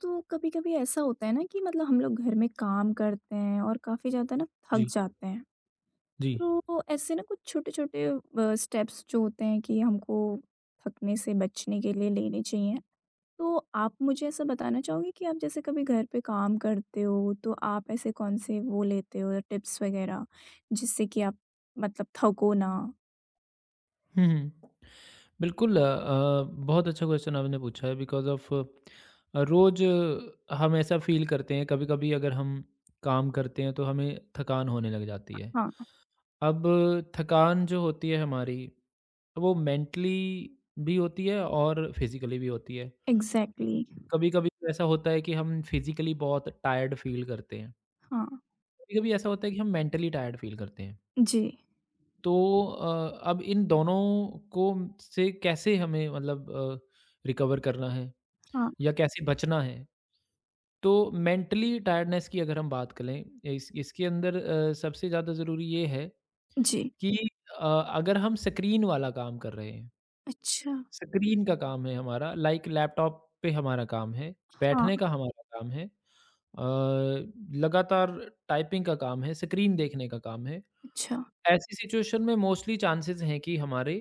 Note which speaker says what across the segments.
Speaker 1: तो कभी-कभी ऐसा होता है ना कि मतलब हम लोग घर में काम करते हैं और काफ़ी ज़्यादा ना थक
Speaker 2: जी,
Speaker 1: जाते हैं।
Speaker 2: जी।
Speaker 1: तो ऐसे ना कुछ छोटे-छोटे स्टेप्स जो होते हैं कि हमको थकने से बचने के लिए लेने चाहिए। तो आप मुझे ऐसा बताना चाहोगे कि आप जैसे कभी घर पे काम करते हो तो आप ऐसे कौन से वो लेते हो टिप्स वगैरह जिससे कि आप मतलब थको ना?
Speaker 2: हुँ, हुँ। बिल्कुल बहुत अच्छा क्वेश्चन आपने पूछा है बिकॉज़ ऑफ़ रोज़ हम ऐसा फ़ील करते हैं, कभी-कभी अगर हम काम करते हैं तो हमें थकान होने लग जाती है।
Speaker 1: हाँ,
Speaker 2: अब थकान जो होती है हमारी, वो मेंटली भी होती है और फिज़िकली भी होती है।
Speaker 1: एग्ज़ैक्टली।
Speaker 2: कभी-कभी तो ऐसा होता है कि हम फिज़िकली बहुत टायर्ड फ़ील करते हैं।
Speaker 1: हाँ,
Speaker 2: कभी-कभी ऐसा होता है कि हम मेंटली टायर्ड फ़ील करते हैं।
Speaker 1: जी,
Speaker 2: तो अब इन दोनों को से कैसे हमें मतलब रिकवर करना है
Speaker 1: हाँ,
Speaker 2: या कैसे बचना है? तो मेंटली टायर्डनेस की अगर हम बात करें इस इसके अंदर सबसे ज़्यादा ज़रूरी ये है
Speaker 1: जी।
Speaker 2: कि अ, अगर हम स्क्रीन वाला काम कर रहे हैं,
Speaker 1: अच्छा,
Speaker 2: स्क्रीन का काम है हमारा, लाइक लैपटॉप पे हमारा काम है,
Speaker 1: हाँ,
Speaker 2: बैठने का हमारा काम है, अ, लगातार टाइपिंग का काम है, स्क्रीन देखने का काम है।
Speaker 1: अच्छा,
Speaker 2: ऐसी सिचुएशन में मोस्टली चांसेस हैं कि हमारे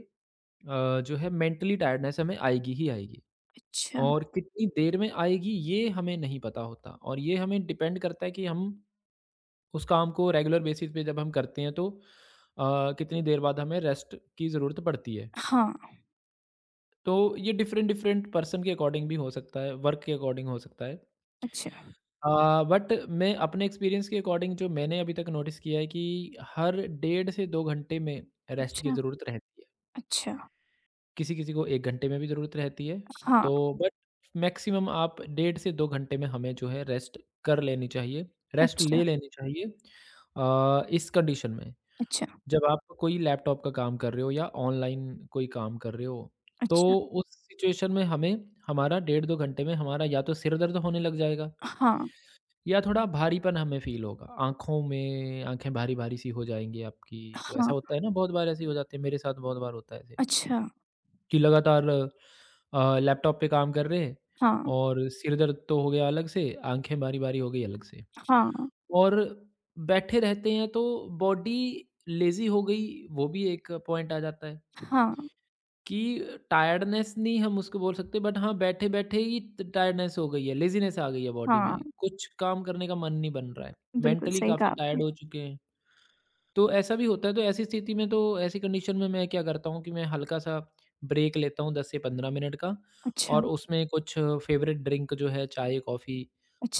Speaker 2: जो है मेंटली टायर्डनेस हमें आएगी ही आएगी
Speaker 1: अच्छा,
Speaker 2: और कितनी देर में आएगी ये हमें नहीं पता होता और ये हमें डिपेंड करता है कि हम उस काम को रेगुलर बेसिस पे जब हम करते हैं तो कितनी देर बाद हमें रेस्ट की ज़रूरत पड़ती है
Speaker 1: हाँ,
Speaker 2: तो ये डिफरेंट डिफरेंट पर्सन के अकॉर्डिंग भी हो सकता है वर्क के अकॉर्डिंग हो सकता है
Speaker 1: अच्छा।
Speaker 2: बट मैं अपने एक्सपीरियंस के अकॉर्डिंग जो मैंने अभी तक नोटिस किया है कि हर डेढ़ से 2 घंटे में रेस्ट की
Speaker 1: अच्छा,
Speaker 2: ज़रूरत रहती है
Speaker 1: अच्छा,
Speaker 2: किसी-किसी को 1 घंटे में भी ज़रूरत रहती है,
Speaker 1: हाँ,
Speaker 2: तो बट मैक्सिमम आप डेढ़ से 2 घंटे में हमें जो है रेस्ट कर लेनी चाहिए, रेस्ट
Speaker 1: अच्छा,
Speaker 2: ले लेनी चाहिए। इस कंडीशन में
Speaker 1: अच्छा,
Speaker 2: जब आप कोई लैपटॉप का काम कर रहे हो या ऑनलाइन कोई काम कर रहे हो,
Speaker 1: अच्छा,
Speaker 2: तो उस सिचुएशन में हमें हमारा डेढ़ 2 घंटे में हमारा या तो सिर दर्द होने लग जाएगा
Speaker 1: हाँ,
Speaker 2: या थोड़ा भारीपन हमें फ़ील होगा। आँखों में आँखें भारी-भारी सी हो जाएँगी आपकी, तो ऐसा
Speaker 1: हाँ,
Speaker 2: होता है ना बहुत बार ऐसे ही हो जाते हैं, मेरे साथ बहुत बार होता है ऐसे।
Speaker 1: अच्छा,
Speaker 2: कि लगातार लैपटॉप पे काम कर रहे हैं
Speaker 1: हाँ,
Speaker 2: और सिर दर्द तो हो गया अलग से, आँखें भारी-भारी हो गई अलग से।
Speaker 1: हाँ,
Speaker 2: और बैठे रहते हैं तो बॉडी लेज़ी हो गई, वो भी एक पॉइंट आ जाता है
Speaker 1: हाँ,
Speaker 2: कि टायर्डनेस नहीं हम उसको बोल सकते बट हाँ, बैठे-बैठे ही ट टायर्डनेस हो गई है, लेज़ीनेस आ गई है बॉडी में।
Speaker 1: हाँ,
Speaker 2: कुछ काम करने का मन नहीं बन रहा है।
Speaker 1: बिल्कुल
Speaker 2: मेंटली
Speaker 1: सही कहा
Speaker 2: काफ़ी टायर्ड
Speaker 1: आपने।
Speaker 2: हो चुके हैं। तो ऐसा भी होता है तो ऐसी स्थिति में तो ऐसी कंडीशन में मैं क्या करता हूँ कि मैं हल्का-सा ब्रेक लेता हूँ 10 से 15 मिनट का
Speaker 1: अच्छा,
Speaker 2: और उसमें कुछ फ़ेवरेट ड्रिंक जो है चाय, कॉफ़ी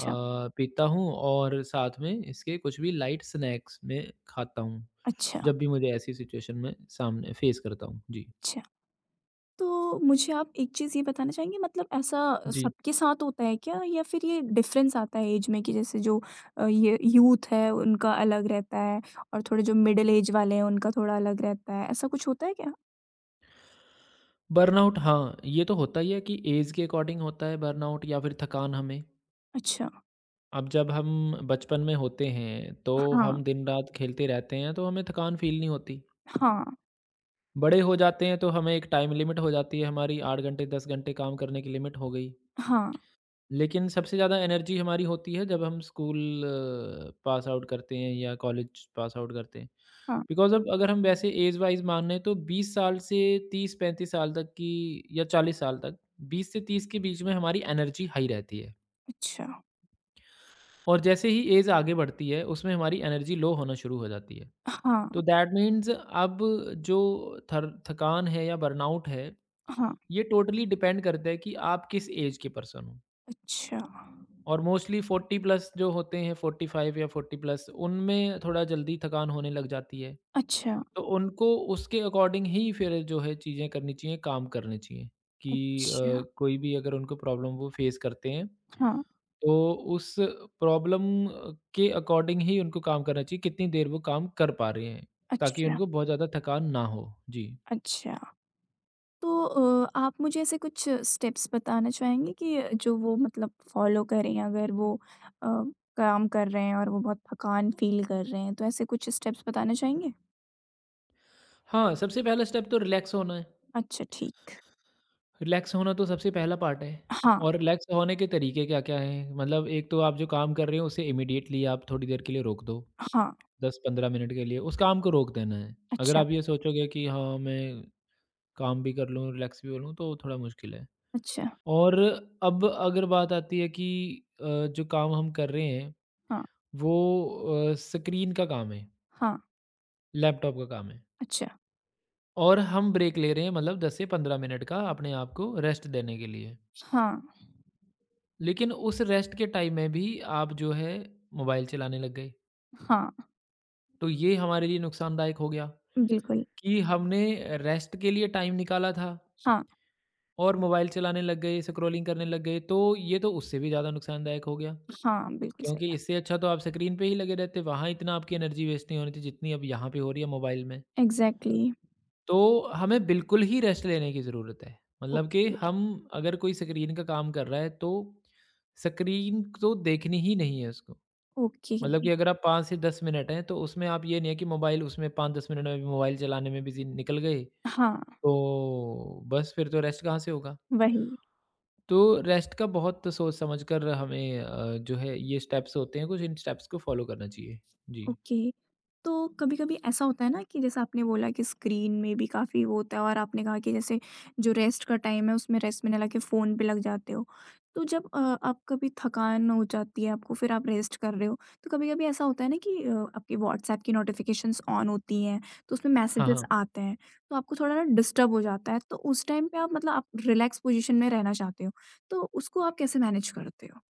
Speaker 2: अ, पीता हूँ और साथ में इसके कुछ भी लाइट स्नैक्स मैं खाता हूँ,
Speaker 1: अच्छा,
Speaker 2: जब भी मुझे ऐसी सिचुएशन में सामने फ़ेस करता हूँ। जी।
Speaker 1: अच्छा। तो मुझे आप एक चीज़ ये बताना चाहेंगे मतलब ऐसा
Speaker 2: जी।
Speaker 1: सबके साथ होता है क्या? या फिर ये डिफ़रेंस आता है ऐज में कि जैसे जो ये यूथ है उनका अलग रहता है और थोड़े जो मिडल ऐज वाले हैं उनका थोड़ा अलग रहता है, ऐसा कुछ होता है क्या?
Speaker 2: बर्नआउट हाँ, ये तो होता ही है कि ऐज के अकॉर्डिंग होता है बर्नआउट या फिर थकान हमें।
Speaker 1: अच्छा,
Speaker 2: अब जब हम बचपन में होते हैं, तो
Speaker 1: हाँ,
Speaker 2: हम दिन-रात खेलते रहते हैं, तो हमें थकान फ़ील नहीं होती।
Speaker 1: हाँ,
Speaker 2: बड़े हो जाते हैं तो हमें एक टाइम लिमिट हो जाती है हमारी 8 घंटे 10 घंटे काम करने की लिमिट हो गई।
Speaker 1: हाँ,
Speaker 2: लेकिन सबसे ज़्यादा एनर्जी हमारी होती है जब हम स्कूल पास आउट करते हैं या कॉलेज पास आउट करते हैं।
Speaker 1: हाँ,
Speaker 2: बिकॉज़ अब अगर हम वैसे ऐज वाइज़ माने तो 20 साल से 30-35 साल तक की या 40 साल तक 20 से 30 के बीच में हमारी एनर्जी हाई रहती है।
Speaker 1: अच्छा,
Speaker 2: और जैसे ही ऐज आगे बढ़ती है उसमें हमारी एनर्जी लो होना शुरू हो जाती है। तो
Speaker 1: हाँ।
Speaker 2: दैट मीन्स अब जो थर थकान है या बर्नआउट है
Speaker 1: हाँ,
Speaker 2: ये टोटली डिपेंड करता है कि आप किस एज के पर्सन हो
Speaker 1: अच्छा।
Speaker 2: और मोस्टली 40 प्लस जो होते हैं 45 या 40 प्लस उनमें थोड़ा जल्दी थकान होने लग जाती है
Speaker 1: अच्छा,
Speaker 2: तो उनको उसके अकॉर्डिंग ही फिर जो है चीज़ें करनी चाहिए काम करने चाहिए कि
Speaker 1: अच्छा।
Speaker 2: कोई भी अगर उनको प्रॉब्लम वो फेस करते हैं
Speaker 1: हाँ,
Speaker 2: तो उस प्रॉब्लम के अकॉर्डिंग ही उनको काम करना चाहिए कितनी देर वो काम कर पा रहे हैं ताकि
Speaker 1: अच्छा,
Speaker 2: उनको बहुत ज़्यादा थकान ना हो जी
Speaker 1: अच्छा। तो आप मुझे ऐसे कुछ स्टेप्स बताना चाहेंगे कि जो वो मतलब फ़ॉलो करें अगर वो अ, काम कर रहे हैं और वो बहुत थकान फ़ील कर रहे हैं, तो ऐसे कुछ स्टेप्स बताना चाहेंगे?
Speaker 2: हाँ सबसे पहला स्टेप तो रिलैक्स होना है
Speaker 1: अच्छा, ठीक।
Speaker 2: रिलैक्स होना तो सबसे पहला पार्ट है
Speaker 1: हाँ,
Speaker 2: और रिलैक्स होने के तरीके क्या-क्या हैं? मतलब एक तो आप जो काम कर रहे हो उसे इमीडिएटली आप थोड़ी देर के लिए रोक दो,
Speaker 1: हाँ।
Speaker 2: 10-15 मिनट के लिए उस काम को रोक देना है। अगर
Speaker 1: अच्छा,
Speaker 2: आप ये सोचोगे कि हाँ, मैं काम भी कर लूँ, रिलैक्स भी हो लूँ तो थोड़ा मुश्किल है।
Speaker 1: अच्छा।
Speaker 2: और अब अगर बात आती है कि जो काम हम कर रहे हैं
Speaker 1: हाँ,
Speaker 2: वो स्क्रीन का काम है,
Speaker 1: हाँ।
Speaker 2: लैपटॉप का काम है
Speaker 1: अच्छा।
Speaker 2: और हम ब्रेक ले रहे हैं मतलब 10 से 15 मिनट का अपने आप को रेस्ट देने के लिए।
Speaker 1: हाँ,
Speaker 2: लेकिन उस रेस्ट के टाइम में भी आप जो है मोबाइल चलाने लग गए।
Speaker 1: हाँ।
Speaker 2: तो ये हमारे लिए नुकसानदायक हो गया
Speaker 1: बिल्कुल।
Speaker 2: कि हमने रेस्ट के लिए टाइम निकाला था
Speaker 1: हाँ,
Speaker 2: और मोबाइल चलाने लग गए, स्क्रॉलिंग करने लग गए, तो ये तो उससे भी ज़्यादा नुकसानदायक हो गया।
Speaker 1: हाँ, बिल्कुल सही
Speaker 2: क्योंकि
Speaker 1: कहा।
Speaker 2: इससे अच्छा तो आप स्क्रीन पे ही लगे रहते, वहाँ इतना आपकी एनर्जी वेस्ट नहीं होनी थी जितनी अब यहाँ पे हो रही है मोबाइल में।
Speaker 1: एग्ज़ैक्टली।
Speaker 2: तो हमें बिल्कुल ही रेस्ट लेने की ज़रूरत है। मतलब कि
Speaker 1: ओके,
Speaker 2: हम अगर कोई स्क्रीन का काम कर रहा है तो स्क्रीन तो देखनी ही नहीं है उसको।
Speaker 1: ओके।
Speaker 2: मतलब कि अगर आप 5 से 10 मिनट हैं, तो उसमें आप ये नहीं है कि मोबाइल उसमें 5-10 मिनट में भी मोबाइल चलाने में बिज़ी निकल गए,
Speaker 1: हाँ,
Speaker 2: तो बस फिर तो रेस्ट कहाँ से होगा।
Speaker 1: वही।
Speaker 2: तो रेस्ट का बहुत सोच समझ कर हमें जो है ये स्टेप्स होते हैं कुछ इन स्टेप्स को फ़ॉलो करना चाहिए। जी।
Speaker 1: ओके। तो कभी-कभी ऐसा होता है ना कि जैसे आपने बोला कि स्क्रीन में भी काफ़ी वो होता है और आपने कहा कि जैसे जो रेस्ट का टाइम है उसमें रेस्ट में ना लाके फ़ोन पे लग जाते हो। तो जब आप कभी थकान हो जाती है आपको फिर आप रेस्ट कर रहे हो, तो कभी-कभी ऐसा होता है ना कि आपके व्हाट्सऐप की नोटिफ़िकेशंस ऑन होती हैं, तो उसमें
Speaker 2: हाँ,
Speaker 1: मैसेजेस
Speaker 2: हाँ।
Speaker 1: आते हैं, तो आपको थोड़ा ना डिस्टर्ब हो जाता है। तो उस टाइम पे आप रिलैक्स पोज़ीशन में रहना चाहते हो, तो उसको आप कैसे मैनेज करते हो?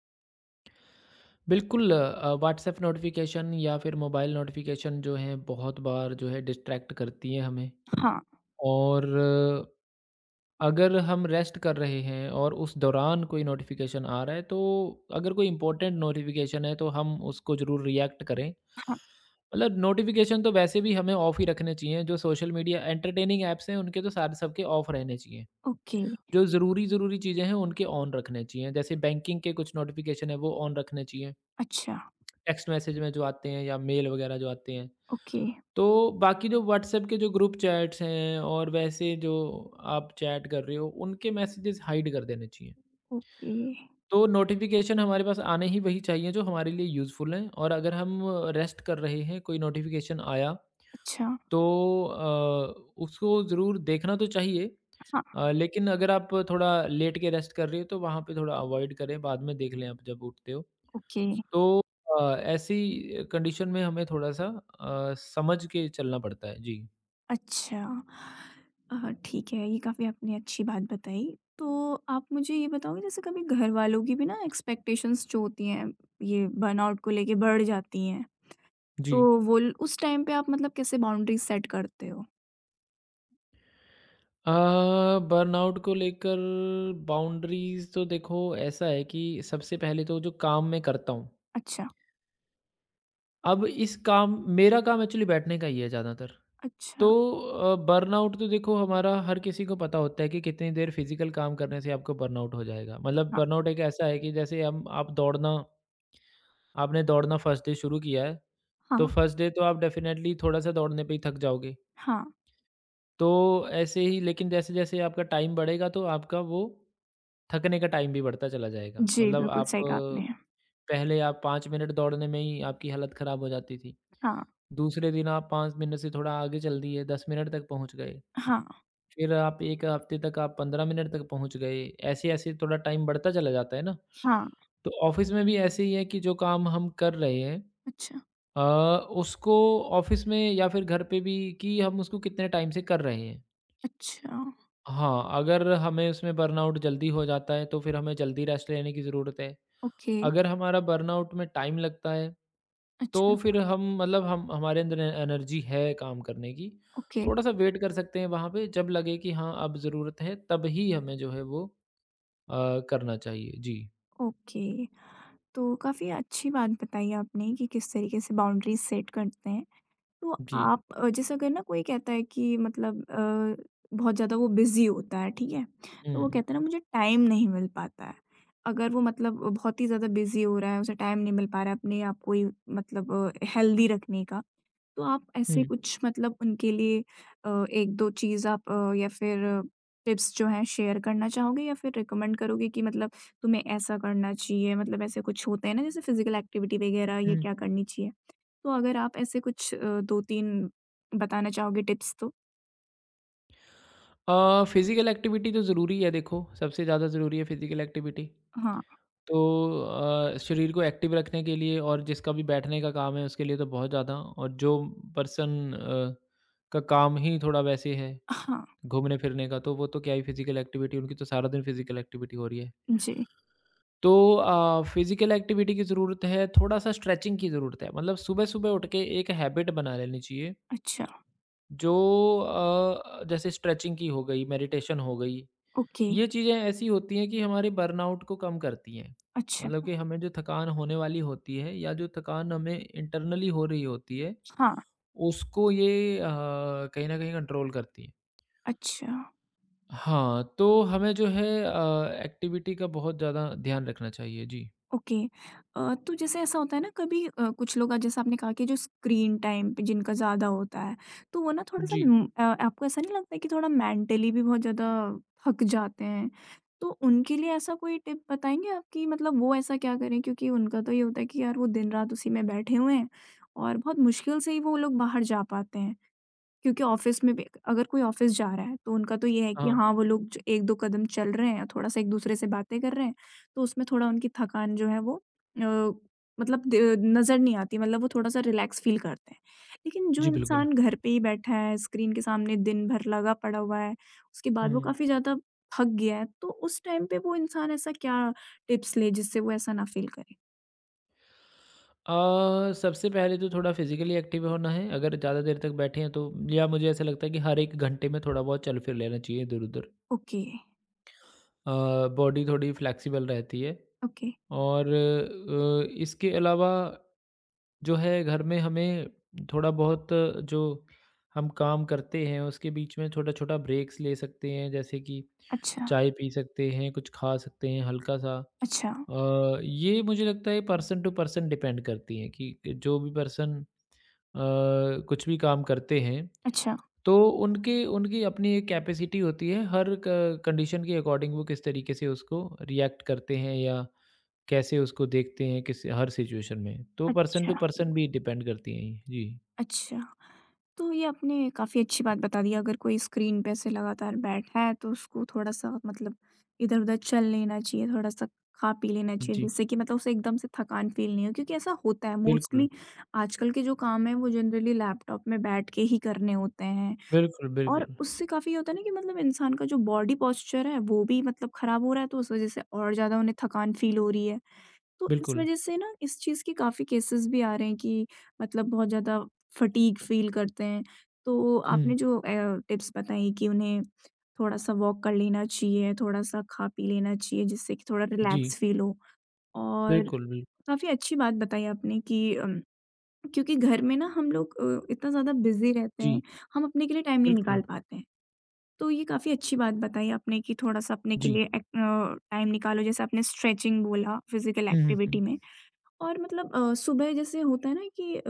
Speaker 2: बिल्कुल व्हाट्सएप नोटिफ़िकेशन या फिर मोबाइल नोटिफ़िकेशन जो हैं बहुत बार जो है डिस्ट्रैक्ट करती हैं हमें
Speaker 1: हाँ,
Speaker 2: और अगर हम रेस्ट कर रहे हैं और उस दौरान कोई नोटिफिकेशन आ रहा है तो अगर कोई इम्पोर्टेंट नोटिफिकेशन है तो हम उसको ज़रूर रिएक्ट करें।
Speaker 1: हाँ।
Speaker 2: मतलब नोटिफिकेशन तो वैसे भी हमें ऑफ ही रखने चाहिए जो सोशल मीडिया एंटरटेनिंग ऐप्स हैं उनके तो सारे सबके ऑफ रहने चाहिए।
Speaker 1: ओके।
Speaker 2: जो ज़रूरी-ज़रूरी चीज़ें हैं उनके ऑन रखने चाहिए। जैसे बैंकिंग के कुछ नोटिफिकेशन है वो ऑन रखने चाहिए।
Speaker 1: अच्छा,
Speaker 2: टेक्स्ट मैसेज में जो आते हैं या मेल वगैरह जो आते हैं।
Speaker 1: ओके,
Speaker 2: तो बाकी जो व्हाट्सएप के जो ग्रुप चैट्स हैं और वैसे जो आप चैट कर रहे हो, उनके मैसेजेस हाइड कर देने चाहिए।
Speaker 1: ओके।
Speaker 2: तो नोटिफ़िकेशन हमारे पास आने ही वही चाहिए जो हमारे लिए यूज़फुल हैं और अगर हम रेस्ट कर रहे हैं, कोई नोटिफ़िकेशन आया
Speaker 1: अच्छा,
Speaker 2: तो अ, उसको ज़रूर देखना तो चाहिए।
Speaker 1: हाँ,
Speaker 2: लेकिन अगर आप थोड़ा लेट के रेस्ट कर रहे हो तो वहाँ पे थोड़ा अवॉइड करें, बाद में देख लें आप जब उठते हो।
Speaker 1: ओके,
Speaker 2: तो ऐसी कंडीशन में हमें थोड़ा-सा समझ के चलना पड़ता है। जी,
Speaker 1: अच्छा। ठीक है, ये काफ़ी आपने अच्छी बात बताई। तो आप मुझे ये बताओगे जैसे कभी घर वालों की भी ना एक्सपेक्टेशंस जो होती हैं, ये बर्नआउट को लेके बढ़ जाती हैं,
Speaker 2: जी।
Speaker 1: तो वो ल उस टाइम पे आप मतलब कैसे बाउंड्रीज़ सेट करते हो?
Speaker 2: अ, बर्नआउट को लेकर बाउंड्रीज़ तो देखो ऐसा है कि सबसे पहले तो जो काम मैं करता हूँ,
Speaker 1: अच्छा,
Speaker 2: अब इस काम मेरा काम एक्चुअली बैठने का ही है ज़्यादातर। तो
Speaker 1: अच्छा,
Speaker 2: बर्नआउट तो देखो हमारा हर किसी को पता होता है कि कितनी देर फिज़िकल काम करने से आपको बर्नआउट हो जाएगा। मतलब
Speaker 1: हाँ,
Speaker 2: बर्नआउट एक ऐसा है कि जैसे हम आप दौड़ना आपने दौड़ना फर्स्ट डे शुरू किया है तो
Speaker 1: हाँ,
Speaker 2: फर्स्ट डे तो आप डेफ़िनेटली थोड़ा-सा दौड़ने पे ही थक जाओगे।
Speaker 1: हाँ।
Speaker 2: तो ऐसे ही लेकिन जैसे-जैसे आपका टाइम बढ़ेगा तो आपका वो थकने का टाइम भी बढ़ता चला जाएगा।
Speaker 1: जी,
Speaker 2: मतलब
Speaker 1: बिल्कुल
Speaker 2: आप
Speaker 1: सही कहा आपने।
Speaker 2: पहले आप 5 मिनट दौड़ने में ही आपकी हालत ख़राब हो जाती थी।
Speaker 1: हाँ,
Speaker 2: दूसरे दिन आप 5 मिनट से थोड़ा आगे चल दिए, 10 मिनट तक पहुँच गए।
Speaker 1: हाँ,
Speaker 2: फिर आप 1 हफ़्ते तक आप 15 मिनट तक पहुँच गए। ऐसे-ऐसे थोड़ा टाइम बढ़ता चला जाता है ना।
Speaker 1: हाँ,
Speaker 2: तो ऑफ़िस में भी ऐसे ही है कि जो काम हम कर रहे हैं
Speaker 1: अच्छा,
Speaker 2: अ, उसको ऑफ़िस में या फिर घर पे भी कि हम उसको कितने टाइम से कर रहे हैं।
Speaker 1: अच्छा,
Speaker 2: हाँ, अगर हमें उसमें बर्नआउट जल्दी हो जाता है, तो फिर हमें जल्दी रेस्ट लेने की ज़रूरत है।
Speaker 1: ओके,
Speaker 2: अगर हमारा बर्नआउट में टाइम लगता है,
Speaker 1: अच्छा,
Speaker 2: तो फिर हम मतलब हम हमारे अंदर ए एनर्जी है काम करने की,
Speaker 1: ओके,
Speaker 2: थोड़ा-सा वेट कर सकते हैं वहाँ पे, जब लगे कि हाँ, अब ज़रूरत है, तब ही हमें जो है वो करना चाहिए। जी,
Speaker 1: ओके। तो काफ़ी अच्छी बात बताई आपने कि किस तरीके से बाउंड्रीज सेट करते हैं। तो
Speaker 2: जी।
Speaker 1: आप जैसे अगर ना कोई कहता है कि बहुत ज़्यादा वो बिज़ी होता है, ठीक है? तो वो
Speaker 2: हुँ,
Speaker 1: कहता है ना मुझे टाइम नहीं मिल पाता है। अगर वो मतलब बहुत ही ज़्यादा बिज़ी हो रहा है, उसे टाइम नहीं मिल पा रहा है अपने आप को ही मतलब हेल्दी रखने का तो आप ऐसे
Speaker 2: हुँ।
Speaker 1: कुछ मतलब उनके लिए 1-2 चीज़ या फिर टिप्स जो हैं शेयर करना चाहोगे या फिर रिकमेंड करोगे कि मतलब तुम्हें ऐसा करना चाहिए? मतलब ऐसे कुछ होते हैं ना जैसे फिज़िकल एक्टिविटी वगैरह ये
Speaker 2: हुँ।
Speaker 1: क्या करनी चाहिए? तो अगर आप ऐसे कुछ 2-3 बताना चाहोगे टिप्स तो?
Speaker 2: फिज़िकल एक्टिविटी तो ज़रूरी है देखो, सबसे ज़्यादा ज़रूरी है फिज़िकल एक्टिविटी।
Speaker 1: हाँ,
Speaker 2: तो शरीर को एक्टिव रखने के लिए और जिसका भी बैठने का काम है उसके लिए तो बहुत ज़्यादा और जो पर्सन का काम ही थोड़ा वैसे है,
Speaker 1: हाँ,
Speaker 2: घूमने-फिरने का तो वो तो क्या ही फिज़िकल एक्टिविटी उनकी तो सारा दिन फिज़िकल एक्टिविटी हो रही है।
Speaker 1: जी।
Speaker 2: तो फिज़िकल एक्टिविटी की ज़रूरत है, थोड़ा-सा स्ट्रेचिंग की ज़रूरत है। मतलब सुबह-सुबह उठ के एक हैबिट बना लेनी चाहिए
Speaker 1: अच्छा,
Speaker 2: जो जैसे स्ट्रेचिंग की हो गई, मेडिटेशन हो गई
Speaker 1: ओके,
Speaker 2: ये चीज़ें ऐसी होती हैं कि हमारे बर्नआउट को कम करती हैं।
Speaker 1: अच्छा,
Speaker 2: मतलब कि हमें जो थकान होने वाली होती है या जो थकान हमें इंटरनली हो रही होती है,
Speaker 1: हाँ,
Speaker 2: उसको ये कहीं न कहीं कंट्रोल करती है।
Speaker 1: अच्छा।
Speaker 2: हाँ, तो हमें जो है एक्टिविटी का बहुत ज़्यादा ध्यान रखना चाहिए। जी।
Speaker 1: ओके। तो जैसे ऐसा होता है ना कभी कुछ लोग जैसे आपने कहा कि जो स्क्रीन टाइम पे जिनका ज़्यादा होता है तो वो ना थोड़ा सा
Speaker 2: जी।
Speaker 1: म- अ, आपको ऐसा नहीं लगता है कि थोड़ा मेंटली भी बहुत ज़्यादा थक जाते हैं? तो उनके लिए ऐसा कोई टिप बताएंगे आप कि मतलब वो ऐसा क्या करें क्योंकि उनका तो ये होता है कि यार वो दिन रात उसी में बैठे हुए हैं और बहुत मुश्किल से ही वो लोग बाहर जा पाते हैं क्योंकि ऑफ़िस में भी अगर कोई ऑफ़िस जा रहा है, तो उनका तो ये है कि
Speaker 2: हाँ।
Speaker 1: हाँ, वो लोग ज 1-2 कदम चल रहे हैं, थोड़ा-सा एक-दूसरे से बातें कर रहे हैं, तो उसमें थोड़ा उनकी थकान जो है वो अ, मतलब द नज़र नहीं आती, मतलब वो थोड़ा-सा रिलैक्स फ़ील करते हैं। लेकिन जो
Speaker 2: जी, बिल्कुल।
Speaker 1: इंसान घर पे ही बैठा है, स्क्रीन के सामने दिन भर लगा पड़ा हुआ है, उसके बाद वो
Speaker 2: हुँ।
Speaker 1: काफ़ी ज़्यादा थक गया है, तो उस टाइम पे वो इंसान ऐसा क्या टिप्स ले जिससे वो ऐसा ना फ़ील करे?
Speaker 2: सबसे पहले तो थोड़ा फिज़िकली एक्टिव होना है। अगर ज़्यादा देर तक बैठे हैं तो या मुझे ऐसा लगता है कि हर 1 घंटे में थोड़ा बहुत चल फिर लेना चाहिए इधर-उधर।
Speaker 1: ओके,
Speaker 2: अ, बॉडी थोड़ी फ्लेक्सिबल रहती है
Speaker 1: ओके।
Speaker 2: और इसके अलावा जो है घर में हमें थोड़ा बहुत जो हम काम करते हैं उसके बीच में छोटा-छोटा ब्रेक्स ले सकते हैं जैसे कि
Speaker 1: अच्छा,
Speaker 2: चाय पी सकते हैं, कुछ खा सकते हैं हल्का-सा।
Speaker 1: अच्छा,
Speaker 2: ये मुझे लगता है पर्सन टू पर्सन डिपेंड करती हैं कि जो भी पर्सन अ, कुछ भी काम करते हैं
Speaker 1: अच्छा,
Speaker 2: तो उनकी उनकी अपनी एक कैपेसिटी होती है, हर क कंडीशन के अकॉर्डिंग वो किस तरीके से उसको रिएक्ट करते हैं या कैसे उसको देखते हैं किस हर सिचुएशन में। तो पर्सन टू
Speaker 1: अच्छा,
Speaker 2: पर्सन भी डिपेंड करती हैं ये। जी,
Speaker 1: अच्छा। तो ये आपने काफ़ी अच्छी बात बता दी, अगर कोई स्क्रीन पे ऐसे लगातार बैठा है तो उसको थोड़ा-सा मतलब इधर-उधर चल लेना चाहिए, थोड़ा-सा खा पी लेना चाहिए
Speaker 2: जी,
Speaker 1: जिससे कि मतलब उसे एकदम से थकान फ़ील नहीं हो, क्योंकि ऐसा होता है
Speaker 2: बिल्कुल,
Speaker 1: मोस्टली आजकल के जो काम हैं वो जनरली लैपटॉप में बैठ के ही करने होते हैं।
Speaker 2: बिल्कुल,
Speaker 1: और
Speaker 2: बिल्कुल,
Speaker 1: उससे काफ़ी ये होता है ना कि मतलब इंसान का जो बॉडी पोस्चर है वो भी मतलब खराब हो रहा है, तो उस वज़ह से और ज़्यादा उन्हें थकान फ़ील हो रही है। तो इस
Speaker 2: बिल्कुल।
Speaker 1: वजह से ना इस चीज़ के काफ़ी केसेस भी आ रहे हैं कि मतलब बहुत ज़्यादा फटीग फ़ील करते हैं। तो
Speaker 2: हुँ,
Speaker 1: आपने जो टिप्स बताई कि उन्हें थोड़ा-सा वॉक कर लेना चाहिए, थोड़ा-सा खा-पी लेना चाहिए जिससे कि थोड़ा
Speaker 2: जी,
Speaker 1: रिलैक्स फ़ील हो और
Speaker 2: बिल्कुल, बिल्कुल,
Speaker 1: काफ़ी अच्छी बात बताई आपने कि क्योंकि घर में ना हम लोग इतना ज़्यादा बिज़ी रहते
Speaker 2: जी,
Speaker 1: हैं, हम अपने के लिए टाइम नहीं
Speaker 2: बिल्कुल,
Speaker 1: निकाल पाते हैं। तो ये काफ़ी अच्छी बात बताई आपने कि थोड़ा-सा अपने के
Speaker 2: जी।
Speaker 1: लिए एक टाइम निकालो जैसे आपने स्ट्रेचिंग बोला फिज़िकल
Speaker 2: हुँ, हुँ, हुँ,
Speaker 1: एक्टिविटी में। और मतलब सुबह जैसे होता है ना कि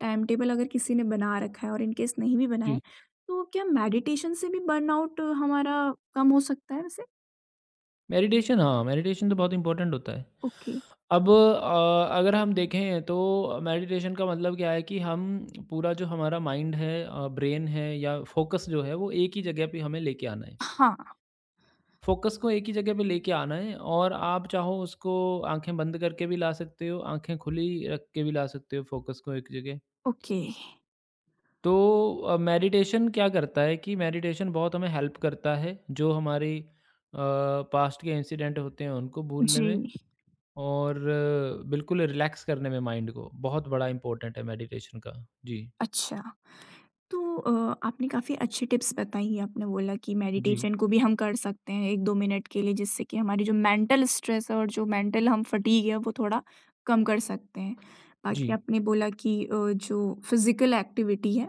Speaker 1: टाइम टेबल अगर किसी ने बना रखा है और इन केस नहीं भी बनाया
Speaker 2: जी।
Speaker 1: तो क्या मेडिटेशन से भी बर्नआउट हमारा कम हो सकता है वैसे?
Speaker 2: मेडिटेशन हाँ, मेडिटेशन तो बहुत इम्पोर्टेंट होता है।
Speaker 1: ओके।
Speaker 2: अब अगर हम देखें तो मेडिटेशन का मतलब क्या है कि हम पूरा जो हमारा माइंड है ब्रेन है या फोकस जो है वो एक ही जगह पे हमें लेके आना है।
Speaker 1: हाँ,
Speaker 2: फोकस को एक ही जगह पे लेके आना है और आप चाहो उसको आँखें बंद करके भी ला सकते हो, आँखें खुली रख के भी ला सकते हो फोकस को एक जगह।
Speaker 1: ओके।
Speaker 2: तो मेडिटेशन क्या करता है कि मेडिटेशन बहुत हमें हेल्प करता है, जो हमारी अ, पास्ट के इंसिडेंट होते हैं उनको भूलने में
Speaker 1: जी,
Speaker 2: और बिल्कुल रिलैक्स करने में माइंड को, बहुत बड़ा इम्पोर्टेंट है मेडिटेशन का। जी,
Speaker 1: अच्छा। तो आपने काफ़ी अच्छी टिप्स बताई। आपने बोला कि
Speaker 2: जी,
Speaker 1: मेडिटेशन को भी हम कर सकते हैं 1-2 मिनट के लिए जिससे कि हमारी जो मेंटल स्ट्रेस है और जो मेंटल हम फटीग है वो थोड़ा कम कर सकते हैं। बाकी
Speaker 2: जी,
Speaker 1: आपने बोला कि जो फिज़िकल एक्टिविटी है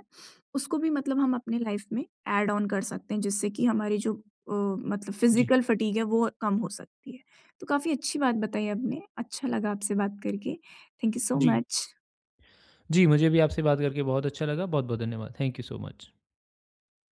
Speaker 1: उसको भी मतलब हम अपने लाइफ़ में ऐड ऑन कर सकते हैं जिससे कि हमारी जो
Speaker 2: जी,
Speaker 1: फिज़िकल फटीग है वो कम हो सकती है। तो काफ़ी अच्छी बात बताई आपने। अच्छा लगा आपसे बात करके। थैंक यू सो
Speaker 2: जी।
Speaker 1: मच।
Speaker 2: जी, मुझे भी आपसे बात करके बहुत अच्छा लगा। बहुत-बहुत धन्यवाद। Thank you so much.